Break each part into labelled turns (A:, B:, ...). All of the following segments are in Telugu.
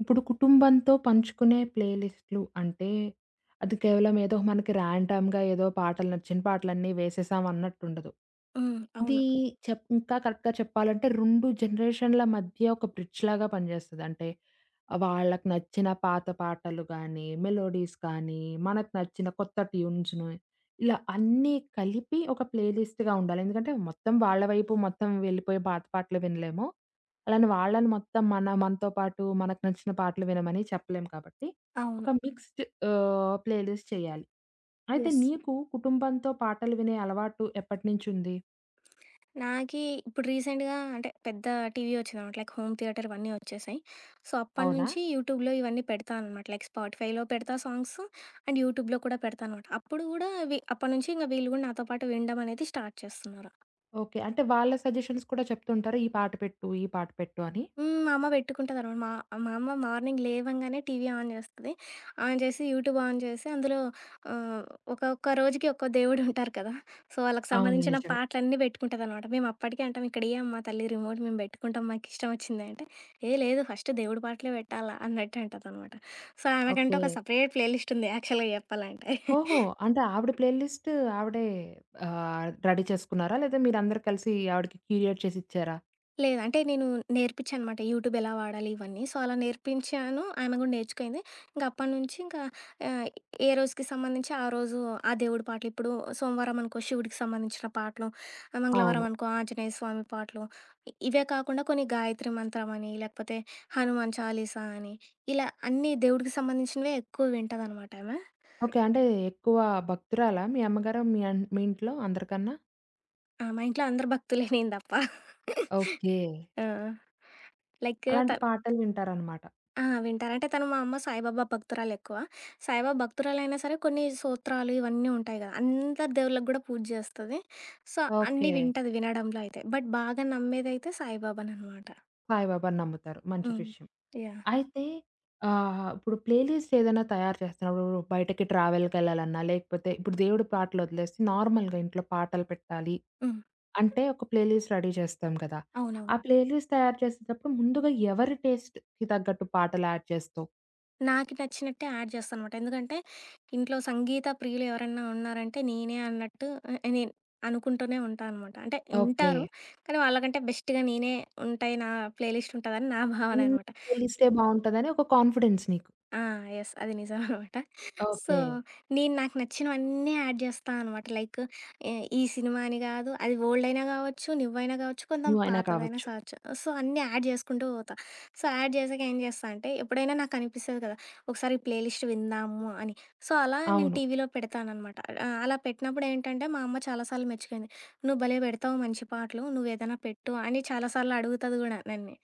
A: ఇప్పుడు కుటుంబంతో పంచుకునే ప్లేలిస్టులు అంటే, అది కేవలం ఏదో మనకి ర్యాండమ్‌గా ఏదో పాటలు నచ్చిన పాటలన్నీ వేసేసాం అన్నట్టుండదు.
B: హ్మ్.
A: ఇది
B: అవును.
A: ఇంకా కరెక్ట్‌గా చెప్పాలంటే 2 జనరేషన్‌ల మధ్య ఒక బ్రిడ్జ్ లాగా పనిచేస్తది. అంటే వాళ్ళకి నచ్చిన పాత పాటలు గానీ, మెలోడీస్ కానీ, మనకు నచ్చిన కొత్త ట్యూన్స్‌ను ఇలా అన్నీ కలిపి ఒక ప్లేలిస్ట్‌గా ఉండాలి. ఎందుకంటే మొత్తం వాళ్ళ వైపు మొత్తం వెళ్ళిపోయి పాత పాటలు వినలేము. అలానే వాళ్ళని మొత్తం మనతో పాటు మనకు నచ్చిన పాటలు వినమని చెప్పలేము కాబట్టి
B: అవును.
A: ఒక మిక్స్డ్ ప్లేలిస్ట్ చేయాలి. అయితే
B: యెస్.
A: నీకు కుటుంబంతో పాటలు వినే అలవాటు ఎప్పటినుంచుంది?
B: నాకీ ఇప్పుడు రీసెంట్‌గా అంటే పెద్ద టీవీ వచ్చిందనమాట. లైక్ హోమ్ థియేటర్ ఇవన్నీ వచ్చేసాయి. సో, అప్పటి
A: అవునా?
B: నుంచి యూట్యూబ్‌లో ఇవన్నీ పెడతా అనమాట. లైక్ స్పాటిఫైలో పెడతా సాంగ్స్ అండ్ యూట్యూబ్‌లో కూడా పెడతా అనమాట. అప్పుడు గూడా అప్పటి నుంచి ఇంక వీళ్ళు గూడా నాతో పాటు వినడం అనేది స్టార్ట్ చేస్తున్నారు.
A: ఓకే. అంటే వాళ్ళ సజెషన్స్ కూడా చెప్తుంటారా? ఈ పాట పెట్టు, ఈ పాట పెట్టు అని?
B: హ్మ్. మా అమ్మ పెట్టుకుంటదనమాట. మా మా అమ్మ మార్నింగ్ లేవంగానే టీవీ ఆన్ జేస్తది. ఆన్ జేసి యూట్యూబ్ ఆన్ జేసి అందులో ఆహ్, ఒక్కొక్క రోజుకి ఒక్కో దేవుడుంటారు కదా! సో, వాళ్ళకి
A: అవును.
B: సంబంధించిన
A: నిజమే.
B: పాటలన్నీ పెట్టుకుంటదనమాట. మేము అప్పటికే అంటాం, "ఇక్కడ ఇయ్యమ్మ తల్లి రిమోట్ మేము బెట్టుకుంటాం మాకిష్టం వచ్చింది" అంటే, "ఏ లేదు ఫస్ట్ దేవుడి పాటలే పెట్టాలా" అన్నట్టు అంటదనమాట. సో, ఆమెకంటే
A: ఓకే.
B: ఒక సెపరేట్ ప్లే లిస్ట్ ఉంది యాక్చువల్‌గా జెప్పాలంటే.
A: ఓహో! అంటే ఆవిడ ప్లే లిస్ట్ ఆవిడే రెడీ చేసుకున్నారా? లేదా మీరందరూ కలిసి ఆవిడకి క్యూరియేట్ చేసి ఇచ్చారా?
B: లేదు. అంటే నేను నేర్పించాననమాట. యూట్యూబ్ ఎలా వాడాలి ఇవన్నీ. సో, అలా నేర్పించాను. ఆమె గూడా నేర్చుకుంది. ఇంక అప్పటినుంచి ఇంకా ఆహ్, ఏ రోజుకి సంబంధించి ఆ రోజు ఆ దేవుడి పాటలు. ఇప్పుడు సోమవారం అనుకో శివుడికి సంబంధించిన పాటలు,
A: అవును.
B: మంగళవారం అనుకో ఆంజనేయ స్వామి పాటలు. ఇవే కాకుండా కొన్ని గాయత్రి మంత్రం అని, లేకపోతే హనుమాన్ చాలీసా అని, ఇలా అన్ని దేవుడికి సంబంధించినవే ఎక్కువ వింటదనమాట ఆమె.
A: ఓకే. అంటే ఎక్కువ భక్తురాలా మీ అమ్మగారు మీ ఇంట్లో అందరికన్నా?
B: ఆ! మా ఇంట్లో అందరు భక్తులే నేను తప్ప.
A: ఓకే.
B: ఆ! లైక్ త
A: అలాంటి పాటలు వింటారనమాట.
B: ఆ! వింటారు. అంటే తను మా అమ్మ సాయిబాబా భక్తురాలెక్కువ. సాయిబాబా భక్తురాలైనా సరే కొన్ని సూత్రాలు ఇవన్నీ ఉంటాయి గదా! అందరి దేవుళ్ళకి గూడా పూజ జేస్తది. సో, అన్నీ
A: ఓకే.
B: వింటది వినడంలో అయితే. బట్ బాగా నమ్మేదైతే సాయిబాబాననమాట.
A: సాయిబాబాని నమ్ముతారు. మంచి
B: హ్మ్.
A: విషయం.
B: యాహ్!
A: అయితే ఇప్పుడు ప్లే లిస్ట్ ఏదైనా తయారు చేస్తున్నప్పుడు బయటకి ట్రావెల్‌కెళ్ళాలన్నా, లేకపోతే ఇప్పుడు దేవుడి పాటలొదిలేసి నార్మల్‌గా ఇంట్లో పాటలు పెట్టాలి
B: హ్మ్.
A: అంటే, ఒక ప్లే లిస్ట్ రెడీ చేస్తాం కదా! ఆ
B: అవునవును.
A: ప్లే లిస్ట్ తయారు చేసేటప్పుడు ముందుగా ఎవరి టేస్ట్‌కి తగ్గట్టు పాటలు యాడ్ చేస్తావు?
B: నాకు నచ్చినట్టే యాడ్ చేస్తాననమాట. ఎందుకంటే ఇంట్లో సంగీత ప్రియులు ఎవరన్నా ఉన్నారంటే నేనే అన్నట్టు నేను అనుకుంటూనే ఉంటా అనమాట. అంటే
A: ఓకే.
B: ఉంటారు. కానీ వాళ్ళకంటే బెస్ట్‌గా నేనే ఉంటాయి. నా ప్లే లిస్ట్ ఉంటదని నా భావన
A: హ్మ్.
B: అనమాట.
A: ప్లే లిస్టే బావుంటదని ఒక కాన్ఫిడెన్స్ నీకు.
B: ఆ! యెస్. అది నిజమనమాట. So,
A: okay.
B: నేను నాకు నచ్చినవన్నీ యాడ్ జేస్తా అనమాట. లైక్ ఎ ఈ సినిమా అని గాదు, అది ఓల్డయినా గావచ్చు, న్యూవయినా గావచ్చు, కొంచెం
A: న్యూ అయినా
B: పాతదైనా
A: కావచ్చు.
B: కావచ్చు. సో, అన్నీ యాడ్ జేసుకుంటూ పోతా. సో, యాడ్ జేసాక ఏం జేస్తా అంటే, ఎప్పుడైనా నాకనిపిస్తది కదా! ఒకసారి ఈ ప్లే లిస్ట్ విందాము అని. సో, అలా నేను
A: అవును.
B: టీవీలో పెడతాననమాట. అలా పెట్టినప్పుడేంటంటే, మా అమ్మ చాలా సార్లు మెచ్చుకుంది. "నువ్వు భలే పెడతావు మంచి పాటలు, నువ్వేదైనా పెట్టు" అని చాలా సార్లు అడుగుతది గూడా నన్ని.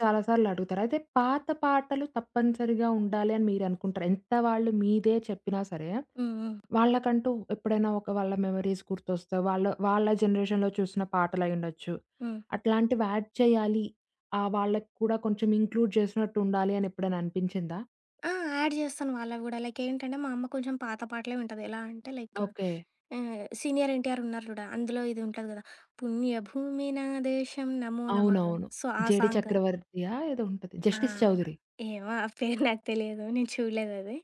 A: చాలా సార్లు అడుగుతారు. అయితే పాత పాటలు తప్పనిసరిగా ఉండాలి అని మీరనుకుంటారా? ఎంత వాళ్ళు మీదే చెప్పినా సరే?
B: హ్మ్. హ్మ్.
A: వాళ్ళకంటూ ఎప్పుడైనా ఒక వాళ్ళ మెమోరీస్ గుర్తొస్తాయి. వాళ్ళ జనరేషన్‌లో చూసిన పాటలయ్యుండొచ్చు.
B: హ్మ్.
A: అట్లాంటివి యాడ్ చేయాలి. వాళ్ళకి కూడా కొంచెం ఇంక్లూడ్ చేసినట్టు ఉండాలి అని ఎప్పుడైనా అనిపించిందా?
B: ఆ! యాడ్ చేస్తాను వాళ్ళవి గూడా. లైక్ ఏంటంటే, మా అమ్మ కొంచెం పాత పాటలే వింటది. ఎలా అంటే లైక్
A: ఓకే.
B: సీనియర్ ఎన్టీఆర్ ఉన్నారు జూడు, అందులో ఇది ఉంటది గదా! పుణ్యభూమి నా దేశం నమో నమః
A: అవునవును.
B: సో, ఆ
A: 'జేడీ
B: సాంగ్.
A: చక్రవర్తియా' ఏదో ఉంటది.
B: ఆ!
A: 'జస్టిస్ చౌదరి.'
B: ఏమో ఆ పేరు నాకు తెలియదు. నేను చూడలేదది.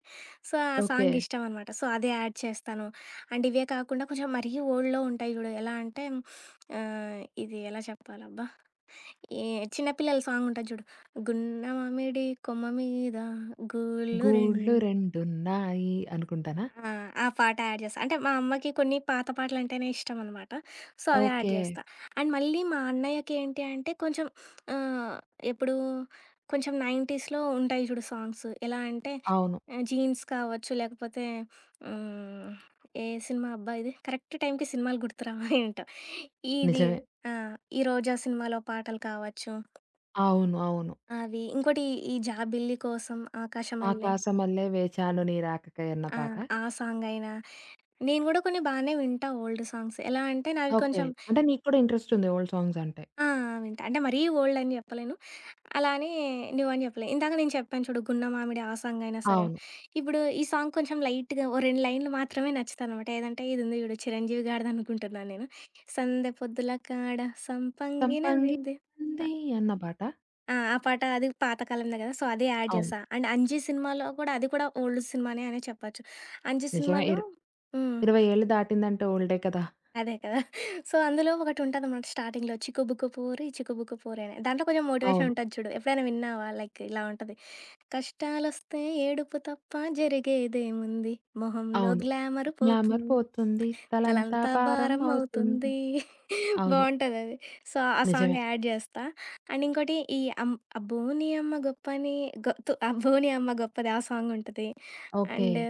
B: సో, ఆ
A: ఓకే.
B: సాంగ్ ఇష్టం అనమాట. సో, అదే యాడ్ చేస్తాను. అండ్ ఇవే కాకుండా కొంచెం మరీ ఓల్డ్‌లో ఉంటాయి జూడు. ఎలా అంటే ఇది ఎలా చెప్పాలబ్బా! ఏ చిన్న పిల్లల సాంగ్ ఉంటది జూడు. గున్న మామిడి కొమ్మ మీద గూళ్ళు రెం
A: 'గూళ్ళు రెండున్నాయి' అనుకుంటానా?
B: ఆ! ఆ పాట యాడ్ చేస్తా. అంటే మా అమ్మకి కొన్ని పాత పాటలంటేనే ఇష్టమనమాట. సో, అవి యాడ్
A: ఓకే.
B: చేస్తా. అండ్ మళ్ళీ మా అన్నయ్యకేంటి అంటే కొంచెం ఆహ్, ఎప్పుడు కొంచెం 90స్‌లో ఉంటాయి చూడు సాంగ్స్. ఎలా అంటే
A: అవును.
B: 'జీన్స్' కావచ్చు, లేకపోతే హ్మ్, ఏ సినిమా అబ్బా ఇది? కరెక్ట్ టైంకి సినిమాలు గుర్తురావు ఏంటో. ఇది
A: నిజమే.
B: ఆ! ఈ 'రోజా' సినిమాలో పాటలు కావచ్చు.
A: అవును. అవును.
B: అవి ఇంకోటి ఈ 'జాబిల్లి కోసం ఆకాశమల్లె'
A: 'ఆకాశమల్లె వేచాను నీ రాకకై' అన్న
B: ఆ!
A: పాట.
B: ఆ సాంగయినా నేను గూడా కొన్ని బానే వింటా ఓల్డ్ సాంగ్స్. ఎలా అంటే నావి
A: ఓకే.
B: కొంచెం
A: అంటే నీకు కూడా ఇంట్రెస్ట్ ఉంది ఓల్డ్ సాంగ్స్ అంటే.
B: ఆ! వింటా. అంటే మరీ ఓల్డ్ అని జెప్పలేను. అలా అని న్యూ అని జెప్పలేను. ఇందాక నేను చెప్పాను చూడు 'గున్న మామిడి' ఆ సాంగ్ అయినా సరే.
A: అవును.
B: ఇప్పుడు ఈ సాంగ్ కొంచెం లైట్‌గా ఓ 2 లైన్‌లు మాత్రమే నచ్చుతదనమాట. ఏదంటే ఇది ఉంది జూడు 'చిరంజీవి' గారిదనుకుంటున్నాను నేను. సందె పొద్దుల కాడ సంపంగిన
A: సంపంగి
B: విందె
A: సందే
B: అ
A: అన్న పాట?
B: ఆ! ఆ పాట అది పాత కాలందే గదా! సో, అది యాడ్
A: అవును.
B: జేశా. అండ్ 'అంజీ' సినిమాలో కూడా అది కూడా ఓల్డ్ సినిమానే అనే చెప్పొచ్చు. 'అంజీ'
A: నిజమే.
B: సినిమాలో హ్మ్.
A: 20 ఏళ్ళు దాటిందంటే ఓల్డే కదా!
B: అదే కదా! సో, అందులో ఒకటుంటదనమాట స్టార్టింగ్‌లో 'చిక్కుబుక్కు పోరి చిక్కుబుక్కు పోరి' అని. దాంట్లో కొంచెం మోటివేషన్
A: అవును.
B: ఉంటది చూడు. ఎప్పుడైనా విన్నావా? లైక్ ఇలా ఉంటది. కష్టాలొస్తే ఏడుపు తప్ప జరిగేదేముంది? మొహంలో
A: అవును.
B: గ్లామర్
A: గ్లామర్
B: పోతుంది
A: పోతుంది. తలంతా
B: తలంతా
A: భారం
B: భారం
A: అవుతుంది.
B: అవుతుంది.
A: అవును.
B: బావుంటదది. సో, ఆ సాంగ్
A: నిజమే.
B: యాడ్ జేస్తా. అండ్ ఇంకోటి ఈ అబ్బో! నీ అమ్మ గొప్పని గొ తు అబ్బో! నీ అమ్మ గొప్పది ఆ సాంగుంటది.
A: ఓకే.
B: అండ్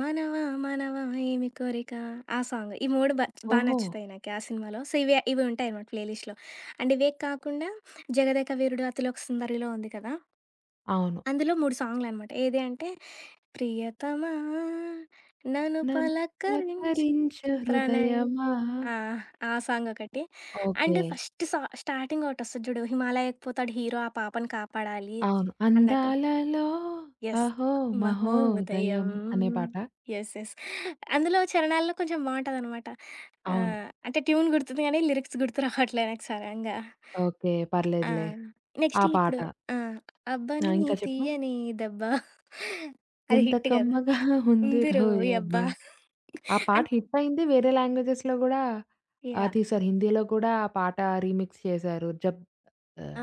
B: మనవా మనవా ఏమి కోరిక ఆ సాంగ్. ఈ 3 బా
A: ఓహో!
B: నచ్చుతాయి నాకి ఆ సినిమాలో. సో, ఇవి ఇవి ఉంటాయనమాట ప్లేలిస్ట్‌లో. అండ్ ఇవే కాకుండా 'జగదేక వీరుడు అతిలోక సుందరి'లో ఉంది కదా!
A: అవును.
B: అందులో 3 సాంగ్‌లనమాట. ఏది అంటే ప్రియతమా నన్ను పలకరించు
A: నన్నలకరించు
B: ప్రణయం.
A: హృదయమా
B: ఆ! ఆ సాంగొకటి.
A: ఓకే.
B: అండ్ ఫస్ట్ స్టార్టింగ్ ఒకటొస్తది చూడు. 'హిమాలయకి పోతాడు హీరో ఆ పాపని కాపాడాలి'
A: అవును.
B: అన్నట్టు.
A: అందాలలో
B: యెస్.
A: అహో మహోదయం
B: మహోదయం.
A: అనే పాట.
B: యెస్. యెస్. అందులో చరణాల్లో కొంచెం బావుంటదనమాట.
A: అవును.
B: అంటే ట్యూన్ గుర్తుంది గానీ, లిరిక్స్ గుర్తు రావట్లే నాకు సడంగా.
A: ఓకే.
B: ఆ!
A: పర్లేదులే. ఆ
B: నెక్స్ట్
A: పాట.
B: ఇప్పుడు ఆ!
A: ఆ!
B: 'అబ్బని
A: ఇంకా చెప్పు.
B: తీయని దెబ్బ' అది
A: ఎంత
B: హిట్ గదా!
A: కమ్మగా
B: కుందరు.
A: ఉందిరోయబ్బ!
B: యబ్బా!
A: ఆ పాట
B: అన్
A: హిట్ అయింది. వేరే లాంగ్వేజెస్‌లో గూడా
B: యాహ్!
A: తీశారు. హిందీలో కూడా ఆ పాట రీమిక్స్ చేశారు. జబ్ ఆహ్,
B: ఆ!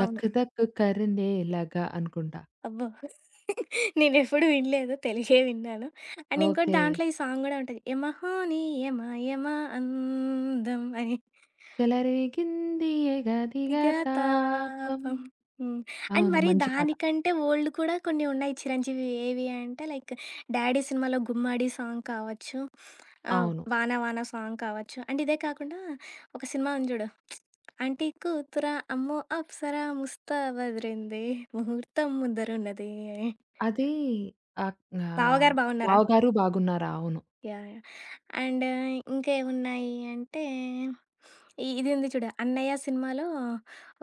B: అవును.
A: 'ధక్ ధక్ కర్నే లగా' అనుకుంటా.
B: అబ్బో! నేనెప్పుడు వినలేదు. తెలుగే విన్నాను. అండ్ ఇంకోటి
A: ఓకే.
B: దాంట్లో ఈ సాంగ్ గూడా ఉంటది. యమహోని యమ యమ అందం అని.
A: చెలరేగిందియే గదిగా
B: 'భక్తిగా
A: తాపం.
B: తాపం' హ్మ్. అండ్
A: అవును.
B: మరి
A: మంచి పాట.
B: దానికంటే ఓల్డ్ కూడా కొన్ని ఉన్నాయి చిరంజీవివి. ఏవి అంటే లైక్ 'డాడీ' సినిమాలో 'గుమ్మడి' సాంగ్ కావచ్చు.
A: అవును.
B: 'వాన వాన' సాంగ్ కావచ్చు. అండ్ ఇదే కాకుండా ఒక సినిమా ఉంది జూడు. 'ఆంటీ కూతురా అమ్మో అప్సరా ముస్తా వదిరింది ముహూర్తం ముందరున్నది'
A: అది ఆహ్, ఆహ్,
B: బావగారు బావున్నారా?
A: బావగారు బాగున్నారా? అవును.
B: యాహ్! యాహ్! అండ్ ఇంకేమున్నాయి అంటే, ఇది ఉంది చూడు 'అన్నయ్య' సినిమాలో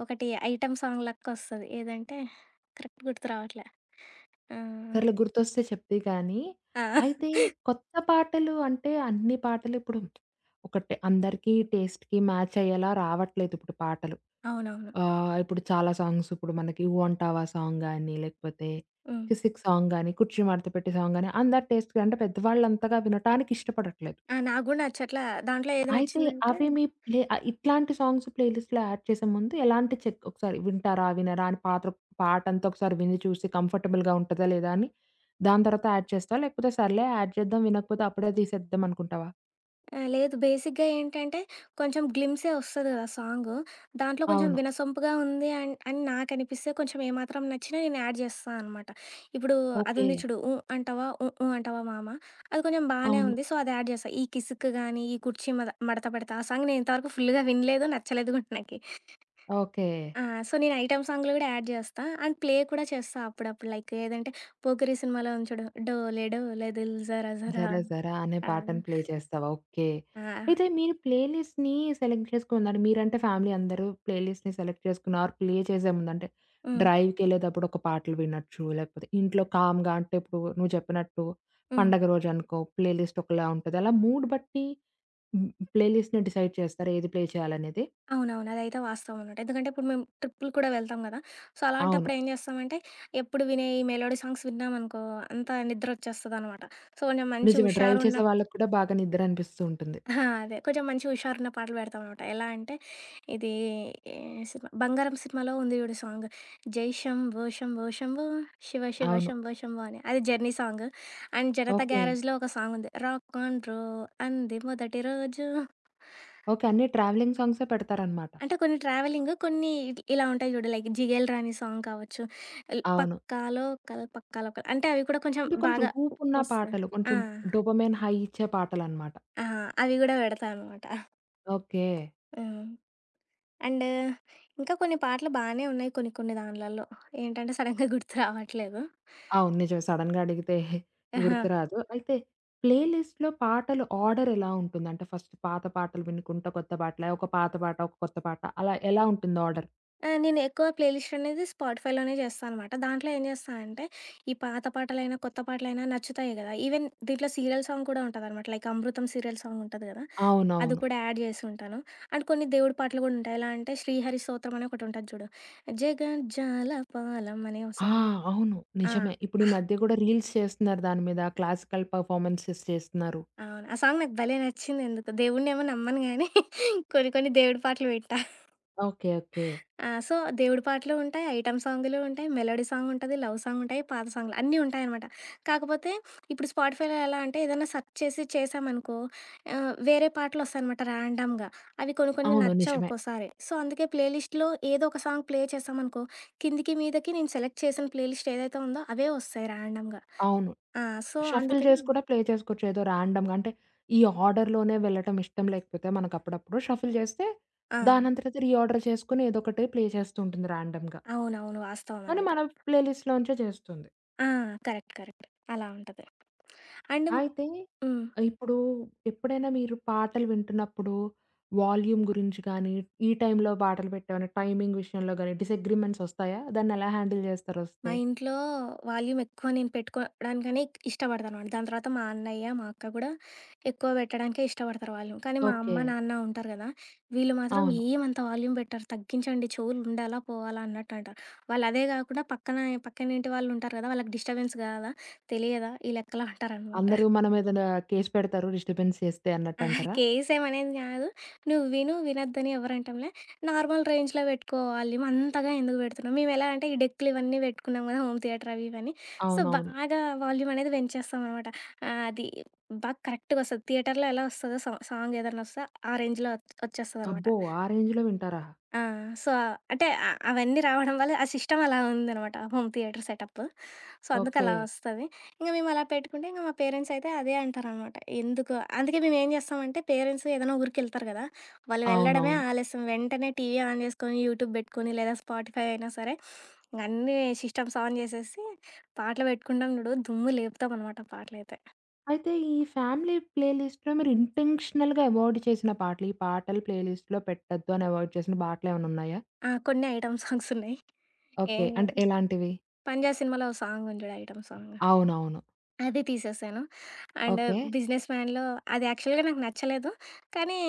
B: ఒకటి ఐటెమ్ సాంగ్ లెక్క వస్తది. ఏదంటే కరెక్ట్ గుర్తు రావట్లే. ఆహ్,
A: సర్లే గుర్తొస్తే చెప్తి కానీ,
B: ఆ!
A: అయితే కొత్త పాటలు అంటే అన్ని పాటలు ఇప్పుడు ఒకటే అందరికీ టేస్ట్‌కి మ్యాచ్ అయ్యేలా రావట్లేదు ఇప్పుడు పాటలు.
B: అవునవును.
A: ఇప్పుడు చాలా సాంగ్స్ ఇప్పుడు మనకి 'ఊ అంటావా' సాంగ్ గాని, లేకపోతే
B: హ్మ్.
A: 'కిసిక్' సాంగ్ గాని, 'కుర్చీ మడత పెట్టి' సాంగ్ గాని అందరి టేస్ట్‌కి అంటే పెద్దవాళ్ళు అంతగా వినటానికి ఇష్టపడట్లేదు.
B: ఆ! నాకు గూడా నచ్చట్లా. దాంట్లో ఏది
A: అయితే
B: నచ్చిందంటే
A: అవి మీ ప్లే ఇట్లాంటి సాంగ్స్ ప్లేలిస్ట్‌లో యాడ్ చేసే ముందు ఎలాంటి చెక్ ఒకసారి వింటారా? వినరా? అని పాటంతా ఒకసారి విని చూసి కంఫర్టబుల్‌గా ఉంటదా? లేదా? అని దాని తర్వాత యాడ్ చేస్తావా? లేకపోతే సర్లే యాడ్ చేద్దాం వినకపోతే అప్పుడే తీసేద్దాం అనుకుంటావా?
B: ఆ! లేదు. బేసిక్‌గా ఏంటంటే, కొంచెం గ్లిమ్సే ఒస్తది గదా సాంగు. దాంట్లో కొంచెం
A: అవును.
B: వినసొంపుగా ఉంది అని నాకనిపిస్తే కొంచెం ఏమాత్రం నచ్చినా నేను యాడ్ జేస్తా అనమాట. ఇప్పుడు
A: ఓకే.
B: అదుంది చూడు. ఉ అంటావా, ఉ ఉ అంటావా మామ అది కొంచెం బానే
A: అవును.
B: ఉంది. సో, అది యాడ్ జేస్తా. ఈ కిసుక్ గానీ, ఈ కుర్చీ మడత పెడతా ఆ సాంగ్ నేను ఇంతవరకు ఫుల్‌గా వినలేదు. నచ్చలేదు గూడా నాకి.
A: ఓకే.
B: ఆ! సో, నేను ఐటెమ్ సాంగ్‌లు గూడా యాడ్ జేస్తా. అండ్ ప్లే కూడా చేస్తా అప్పుడప్పుడు. లైక్ ఏదంటే 'పోకిరి' సినిమాలో ఉంది చూడు. డోలే డోలే దిల్ జరా జరా
A: జరా జరా అనే
B: ఆ!
A: పాటను ప్లే చేస్తావా? ఓకే.
B: ఆ!
A: అయితే మీరు ప్లేలిస్ట్‌ని సెలెక్ట్ చేసుకున్నారు. మీరంటే ఫ్యామిలీ అందరూ ప్లేలిస్ట్‌ని సెలెక్ట్ చేసుకున్న ఆర్ ప్లే చేసే ముందు అంటే
B: హ్మ్.
A: డ్రైవ్‌కెళ్ళేటప్పుడు ఒక పాటలు వినొచ్చు. లేకపోతే ఇంట్లో కామ్‌గా అంటే ఇప్పుడు నువ్వు చెప్పినట్టు
B: హ్మ్.
A: పండగ రోజనుకో ప్లేలిస్ట్ ఒకలా ఉంటది. అలా మూడ్ బట్టి హ్మ్, ప్లేలిస్ట్‌ని డిసైడ్ చేస్తారా ఏది ప్లే చేయాలనేది?
B: అవునవును. అదైతే వాస్తవం అన్నమాట. ఎందుకంటే ఇప్పుడు మేము ట్రిప్పులు కూడా వెళ్తాం గదా! సో,
A: అవును.
B: అలాంటప్పుడు ఏం చేస్తామంటే, ఎప్పుడు వినే ఈ మెలోడీ సాంగ్స్ విన్నామనుకో అంతా నిద్రొచ్చేస్తదనమాట. సో, కొంచెం మంచి
A: నిజమే. డ్రైవ్
B: హుషారున్న
A: చేసే వాళ్ళకి కూడా బాగా నిద్ర అనిపిస్తూ ఉంటుంది.
B: ఆ! అదే. కొంచెం మంచి హుషారున్న పాటలు పెడతామనమాట. ఎలా అంటే, ఇది ఏ సినిమా 'బంగారం' సినిమాలో ఉంది జూడు సాంగ్. 'జై శంభో శంభో శంభో శివ శివ
A: అవును.
B: శంభో శంభో' అని. అది 'journey' song. And 'Janatha
A: okay.
B: గ్యారేజ్‌లో' ఒక సాంగ్ ఉంది. 'రాక్ ఆన్ బ్రో అంది మొదటి రోజు.'
A: ఓకే. అన్నీ ట్రావెలింగ్ సాంగ్సే పెడతారనమాట.
B: అంటే కొన్ని ట్రావెలింగ్, కొన్ని ఇలా ఉంటాయి చూడు. లైక్ 'జిగేల్ రాణి' సాంగ్ కావచ్చు,
A: అవును.
B: 'పక్కాలో కల్ పక్కాలో కల్' అంటే అవి కూడా కొంచెం
A: అంటే కొంచెం
B: బాగా
A: హూపున్న
B: వస్తాయి.
A: పాటలు.
B: ఆ!
A: కొంచెం డోపమైన్ హై ఇచ్చే పాటలనమాట.
B: ఆ! అవి గూడా పెడతా అనమాట.
A: ఓకే.
B: హ్మ్. అండ్ ఇంకా కొన్ని పాటలు బానే ఉన్నాయి కొన్ని కొన్ని దాన్లల్లో. ఏంటంటే సడెన్‌గా గుర్తు రావట్లేదు.
A: అవును. నిజమే. సడెన్‌గా అడిగితే గుర్తురాదు. అయితే ప్లే లిస్ట్‌లో పాటలు ఆర్డర్ ఎలా ఉంటుంది? అంటే ఫస్ట్ పాత పాటలు వినుకుంటా కొత్త పాటలా? ఒక పాత పాట, ఒక కొత్త పాట అలా ఎలా ఉంటుంది ఆర్డర్?
B: ఆ! నేను ఎక్కువ ప్లేలిస్ట్ అనేది స్పాటిఫైలోనే చేస్తాననమాట. దాంట్లో ఏం చేస్తా అంటే, ఈ పాత పాటలైనా, కొత్త పాటలైనా నచ్చుతాయి గదా! ఈవెన్ దీంట్లో సీరియల్ సాంగ్ కూడా ఉంటదనమాట. లైక్ 'అమృతం' సీరియల్ సాంగ్ ఉంటది గదా! అది
A: అవునవును.
B: కూడా యాడ్ చేసుంటాను. అండ్ కొన్ని దేవుడి పాటలు గూడా ఉంటాయి. ఎలా అంటే 'శ్రీహరి స్తోత్రం' అని ఒకటుంటది చూడు. 'జగజ్జాలపాలం' అనే ఓ
A: ఆ!
B: సాంగ్.
A: అవును.
B: ఆ!
A: నిజమే. ఇప్పుడు ఈ మధ్య గూడా రీల్స్ చేస్తున్నారు దాని మీద. క్లాసికల్ పెర్ఫార్మన్సెస్ చేస్తున్నారు.
B: ఆ, అవును. ఆ సాంగ్ నాకు భలే నచ్చిందెందుకో. దేవుడినేమో నమ్మను గానీ కొన్ని కొన్ని దేవుడి పాటలు వింటా.
A: ఓకే. ఓకే.
B: ఆ! సో, దేవుడి పాటలు ఉంటాయి, ఐటెమ్ సాంగులు ఉంటాయి, మెలోడీ సాంగ్ ఉంటది, లవ్ సాంగ్ ఉంటాయి, పాత సాంగ్‌లు అన్నీ ఉంటాయనమాట. కాకపోతే ఇప్పుడు స్పాటిఫైలో ఎలా అంటే ఏదైనా సెర్చ్ చేసి చేశామనుకో వేరే పాటలొస్తాయనమాట ర్యాండమ్‌గా. అవి కొన్ని కొన్ని
A: అవును.
B: నచ్చవు
A: నిజమే.
B: ఒక్కోసారి. సో, అందుకే ప్లేలిస్ట్‌లో ఏదో ఒక సాంగ్ ప్లే చేశామనుకో కిందికి, మీదకి నేను సెలెక్ట్ చేసిన ప్లేలిస్ట్ ఏదైతే ఉందో అవే వస్తాయి ర్యాండమ్‌గా.
A: అవును.
B: ఆ! సో,
A: షఫుల్
B: అందుకని
A: చేసి కూడా ప్లే చేసుకోవచ్చు. ఏదో ర్యాండమ్‌గా అంటే ఈ ఆర్డర్‌లోనే వెళ్ళటం ఇష్టం లేకపోతే మనకప్పుడప్పుడు షఫుల్ చేస్తే
B: ఆ!
A: దానంతట అది రీఆర్డర్ చేసుకొని ఏదో ఒకటి ప్లే చేస్తూ ఉంటుంది ర్యాండమ్‌గా.
B: అవునవును. వాస్తవం
A: కానీ
B: అదైతే.
A: మన ప్లే లిస్ట్‌లోంచే చేస్తుంది.
B: ఆ! కరెక్ట్. కరెక్ట్. అలా ఉంటది. అండ్
A: అయితే
B: హ్మ్.
A: ఇప్పుడు ఎప్పుడైనా మీరు పాటలు వింటున్నప్పుడు వాల్యూమ్ గురించి గానీ, ఈ టైంలో పాటలు పెట్టామని టైమింగ్ విషయంలో గానీ డిసగ్రీమెంట్స్ ఒస్తాయా? దాన్నెలా హ్యాండిల్
B: మా
A: చేస్తారొస్తే?
B: ఇంట్లో వాల్యూమ్ ఎక్కువ నేను పెట్టుకోవడానికనే ఇష్టపడతానమాట. దాని తర్వాత మా అన్నయ్య, మా అక్క కూడా ఎక్కువ పెట్టడానికే ఇష్టపడతారు వాల్యూమ్. కానీ మా అమ్మ,
A: ఓకే.
B: నాన్న ఉంటారు కదా! వీళ్ళు మాత్రం
A: అవును.
B: ఏమంత వాల్యూమ్ పెట్టరు. తగ్గించండి చెవులు ఉండాలా? పోవాలా? అన్నట్టు అంటారు. వాళ్ళు అదే కాకుండా పక్కన పక్కన ఇంటి వాళ్ళు ఉంటారు కదా! వాళ్ళకి డిస్టర్బెన్స్ కాదా? తెలియదా? ఈ లెక్కలో అంటారనమాట.
A: అందరూ మన మీద కేస్ పెడతారు డిస్టర్బెన్స్ చేస్తే
B: అహా!
A: అన్నట్టంటారా?
B: కేసేమనేది గాదు. నువ్వు విను, వినొద్దని ఎవరంటంలే. నార్మల్ రేంజ్‌లో బెట్టుకోవాలి. అంతగా ఎందుకు బెడుతున్నాం? మేమెలా అంటే, ఈ డెక్కులు ఇవన్నీ బెట్టుకున్నాం గదా! హోమ్ థియేటర్ అవి ఇవన్నీ. సో,
A: అవునవును.
B: బాగా వాల్యూమ్ అనేది పెంచేస్తామనమాట. అది బాగా కరెక్ట్‌గొస్తది. థియేటర్‌లో ఎలా ఒస్తదో సౌ సాంగ్ ఏదన్నా ఒస్తే, ఆ రేంజ్‌లో ఒచ్చేస్తదనమాట.
A: అబ్బో! ఆ రేంజ్‌లో వింటారా?
B: ఆ! సో, అంటే, అవన్నీ రావడం వల్ల ఆ సిస్టమ్ అలా ఉందనమాట. Home theatre setup. So,
A: okay.
B: అందుకలా వస్తది. ఇంక మేమలా పెట్టుకుంటే, ఇంక మా పేరెంట్స్ అయితే అదే అంటారనమాట. ఎందుకు అందుకే మేమేం జేస్తామంటే, పేరెంట్స్ ఏదైనా ఊరికెళ్తారు గదా! వాళ్ళు వెళ్ళడమే
A: అవునవును.
B: ఆలస్యం. వెంటనే టీవీ ఆన్ జేసుకొని, యూట్యూబ్ బెట్టుకొని, లేదా స్పాటిఫై అయినా సరే, ఇంగన్నీ సిస్టమ్స్ ఆన్ జేసేసి, పాటలు బెట్టుకుంటాం జూడు, దుమ్ము లేపుతామనమాట పాటలైతే.
A: అయితే ఈ ఫ్యామిలీ ప్లే లిస్ట్‌లో మీరు ఇంటెన్షనల్‌గా అవాయిడ్ చేసిన పాటలు, ఈ పాటలు ప్లే లిస్ట్‌లో పెట్టొద్దు అని అవాయిడ్ చేసిన పాటలేమైనా ఉన్నాయా?
B: ఆ! కొన్ని ఐటెమ్ సాంగ్సున్నాయి. ఏ
A: ఓకే. అంటే ఎలాంటివి?
B: 'పంజా' సినిమాలో ఓ సాంగుంది జూడు ఐటెమ్ సాంగ్.
A: అవునవును.
B: అది తీసేశాను. And
A: okay.
B: 'బిజినెస్ మ్యాన్‌లో' అది యాక్చువల్‌గా నాకు నచ్చలేదు. కానీ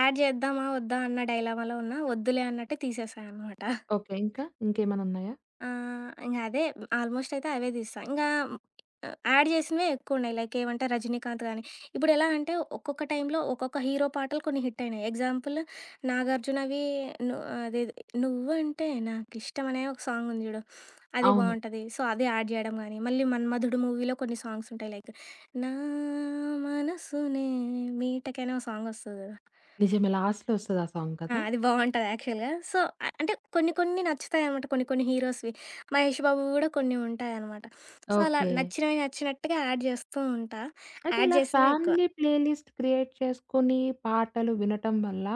B: యాడ్ చేద్దామా? వద్దా? అన్న డైలమాలో ఉన్నా. వద్దులే అన్నట్టు తీసేశా అనమాట.
A: ఓకే. ఇంకా? ఇంకేమైనా ఉన్నాయా?
B: ఆ! అదే ఆల్మోస్ట్ అయితే అవే తీస్తా. ఇంగా యాడ్ చేసినవే ఎక్కువున్నాయి. లైక్ ఏమంటే 'రజనీకాంత్' గాని, ఇప్పుడెలా అంటే ఒక్కొక్క టైంలో ఒక్కొక్క హీరో పాటలు కొన్ని హిట్ అయినాయి. ఎగ్జాంపుల్ 'నాగార్జున'వి ను అదేది 'నువ్వంటే నాకిష్టం' అనే ఒక సాంగ్ ఉంది చూడు. అది
A: అవును.
B: బావుంటది. సో, అది యాడ్ చేయడం గాని, మళ్ళీ 'మన్మధుడు' మూవీలో కొన్ని సాంగ్స్ ఉంటాయి. లైక్ 'నా మనసునే మీటకై' అనే ఓ సాంగ్ వస్తది కదా!
A: నిజమే. లాస్ట్‌లో వస్తది ఆ సాంగ్
B: ఆ!
A: కదా!
B: అది బావుంటది యాక్చువల్‌గా. సో, అంటే కొన్ని కొన్ని నచ్చుతాయనమాట. కొన్ని కొన్ని హీరోస్‌వి. 'మహేష్ బాబువి' గూడా కొన్ని ఉంటాయనమాట. సో, అలా
A: ఓకే.
B: నచ్చినవి నచ్చినట్టుగా యాడ్ జేస్తూ ఉంటా.
A: అయితే
B: యాడ్
A: ఇలా
B: జేసినవి ఎక్కువ.
A: ఫ్యామిలీ ప్లే లిస్ట్ క్రియేట్ చేసుకొని పాటలు వినటం వల్ల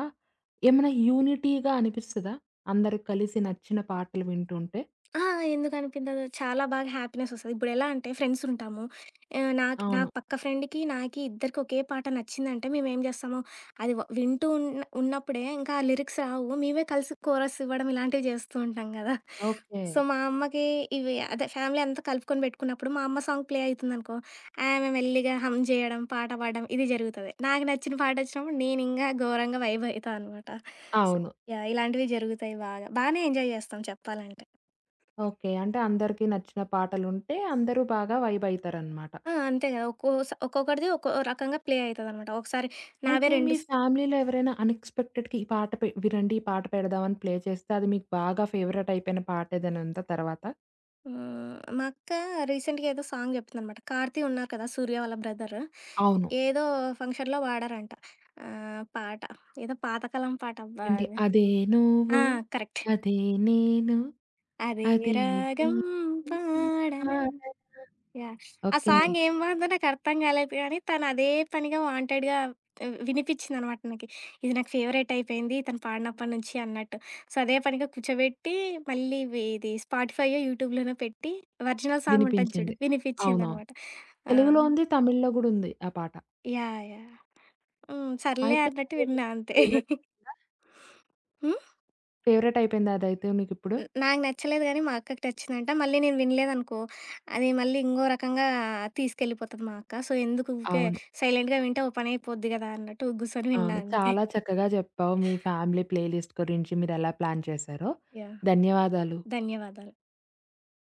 A: ఏమైనా యూనిటీగా అనిపిస్తదా? అందరూ కలిసి నచ్చిన పాటలు వింటుంటే?
B: ఆ! ఎందుకనిపించదు. చాలా బాగా హ్యాపీనెసొస్తది. ఇప్పుడెలా అంటే ఫ్రెండ్సుంటాము. నాకు నా
A: అవును.
B: పక్క ఫ్రెండ్‌కి, నాకి ఇద్దరికి ఒకే పాట నచ్చిందంటే మేమేం జేస్తాము, అది వింటూ ఉన్నప్పుడే ఇంకా ఆ లిరిక్స్ రావు. మేమే కలిసి కోరస్ ఇవ్వడం ఇలాంటివి జేస్తూ ఉంటాం గదా!
A: ఓకే.
B: సో, మా అమ్మకి అదే ఫ్యామిలీ అంతా కలుపుకొని బెట్టుకున్నప్పుడు మా అమ్మ సాంగ్ ప్లే అయితుందనుకో, ఆమె మెల్లిగా హమ్ జేయడం, పాట పాడడం ఇది జరుగుతది. నాకు నచ్చిన పాటొచ్చినప్పుడు నేనింగా ఘోరంగా వైబ్ అయితా అనమాట. సో
A: అవును.
B: యాహ్! ఇలాంటివి జరుగుతాయి బాగా. బానే ఎంజాయ్ జేస్తాం చెప్పాలంటే.
A: ఓకే. అంటే అందరికీ నచ్చిన పాటలుంటే అందరూ బాగా వైబ్ అయితారనమాట.
B: ఆ! అంతే గదా! ఒక్కో స ఒక్కొక్కడిది ఒక్కో రకంగా ప్లే అయితదనమాట. ఒకసారి నావే
A: అయితే మీ
B: 2 స్
A: ఫ్యామిలీలో ఎవరైనా అన్‌ఎక్స్‌పెక్టెడ్‌గా ఈ పాట పె వినండి, ఈ పాట పెడదాం అని ప్లే చేస్తే అది మీకు బాగా ఫేవరెట్ అయిపోయిన పాట ఏదైనా ఉందా తర్వాత?
B: హ్మ్. మా అక్క రీసెంట్‌గా ఏదో సాంగ్ జెప్పిందనమాట. కార్తీ ఉన్నారు కదా! సూర్య వాళ్ళ బ్రదర్.
A: అవును.
B: ఏదో ఫంక్షన్‌లో పాడారంట. పాట ఏదో పాతకాలం పాట అబ్బా!
A: ఏంటి?
B: అది.
A: అదే నువ్వు,
B: ఆ! కరెక్ట్.
A: అదే నేను,
B: అదే
A: అదే
B: రాగం
A: గీతం
B: పాడన
A: పాడనా
B: యాహ్! ఆ
A: ఓకే.
B: సాంగ్ ఏం బావుందో నాకర్థం గాలేదు గానీ, తనదే పనిగా వాంటెడ్‌గా వినిపిచ్చిందనమాట నాకి. ఇది నాకు ఫేవరెట్ అయిపోయింది తను పాడినప్పటి నుంచి అన్నట్టు. సో, అదే పనిగా కూర్చోబెట్టి మళ్ళీ ఇది స్పాటిఫైయో, యూట్యూబ్‌లోనో పెట్టి ఒరిజినల్ సాంగ్ ఉంటది చూడు
A: వినిపించింది. అవునవును.
B: వినిపిచ్చిందనమాట. ఆ!
A: తెలుగులో ఉంది, తమిళ్లో గూడా ఉంది ఆ పాట.
B: యాహ్! యాహ్! హ్మ్. సర్లే
A: అయితే
B: అన్నట్టు
A: అది
B: విన్నా
A: మీకు
B: అంతే.
A: ఫేవరెట్ అయిందా?
B: హ్మ్.
A: ఫేవరెట్ అయిపోయిందా అదైతే మీకిప్పుడు?
B: హ్మ్. నాకు నచ్చలేదు గానీ, మా అక్కకి నచ్చిందంట. మళ్ళీ నేను వినలేదనుకో, అది మళ్ళీ ఇంకో రకంగా తీసుకెళ్ళిపోతది మా అక్క. సో, ఎందుకు ఊకే
A: అవును.
B: సైలెంట్‌గా వింటే ఓ పనైపోద్ది గదా! అన్నట్టు కూర్చొని విన్నా
A: అవును.
B: అంతే.
A: చాలా చక్కగా చెప్పావు. మీ ఫ్యామిలీ ప్లేలిస్ట్ గురించి మీరెలా ప్లాన్ చేశారో.
B: యాహ్!
A: ధన్యవాదాలు.
B: ధన్యవాదాలు.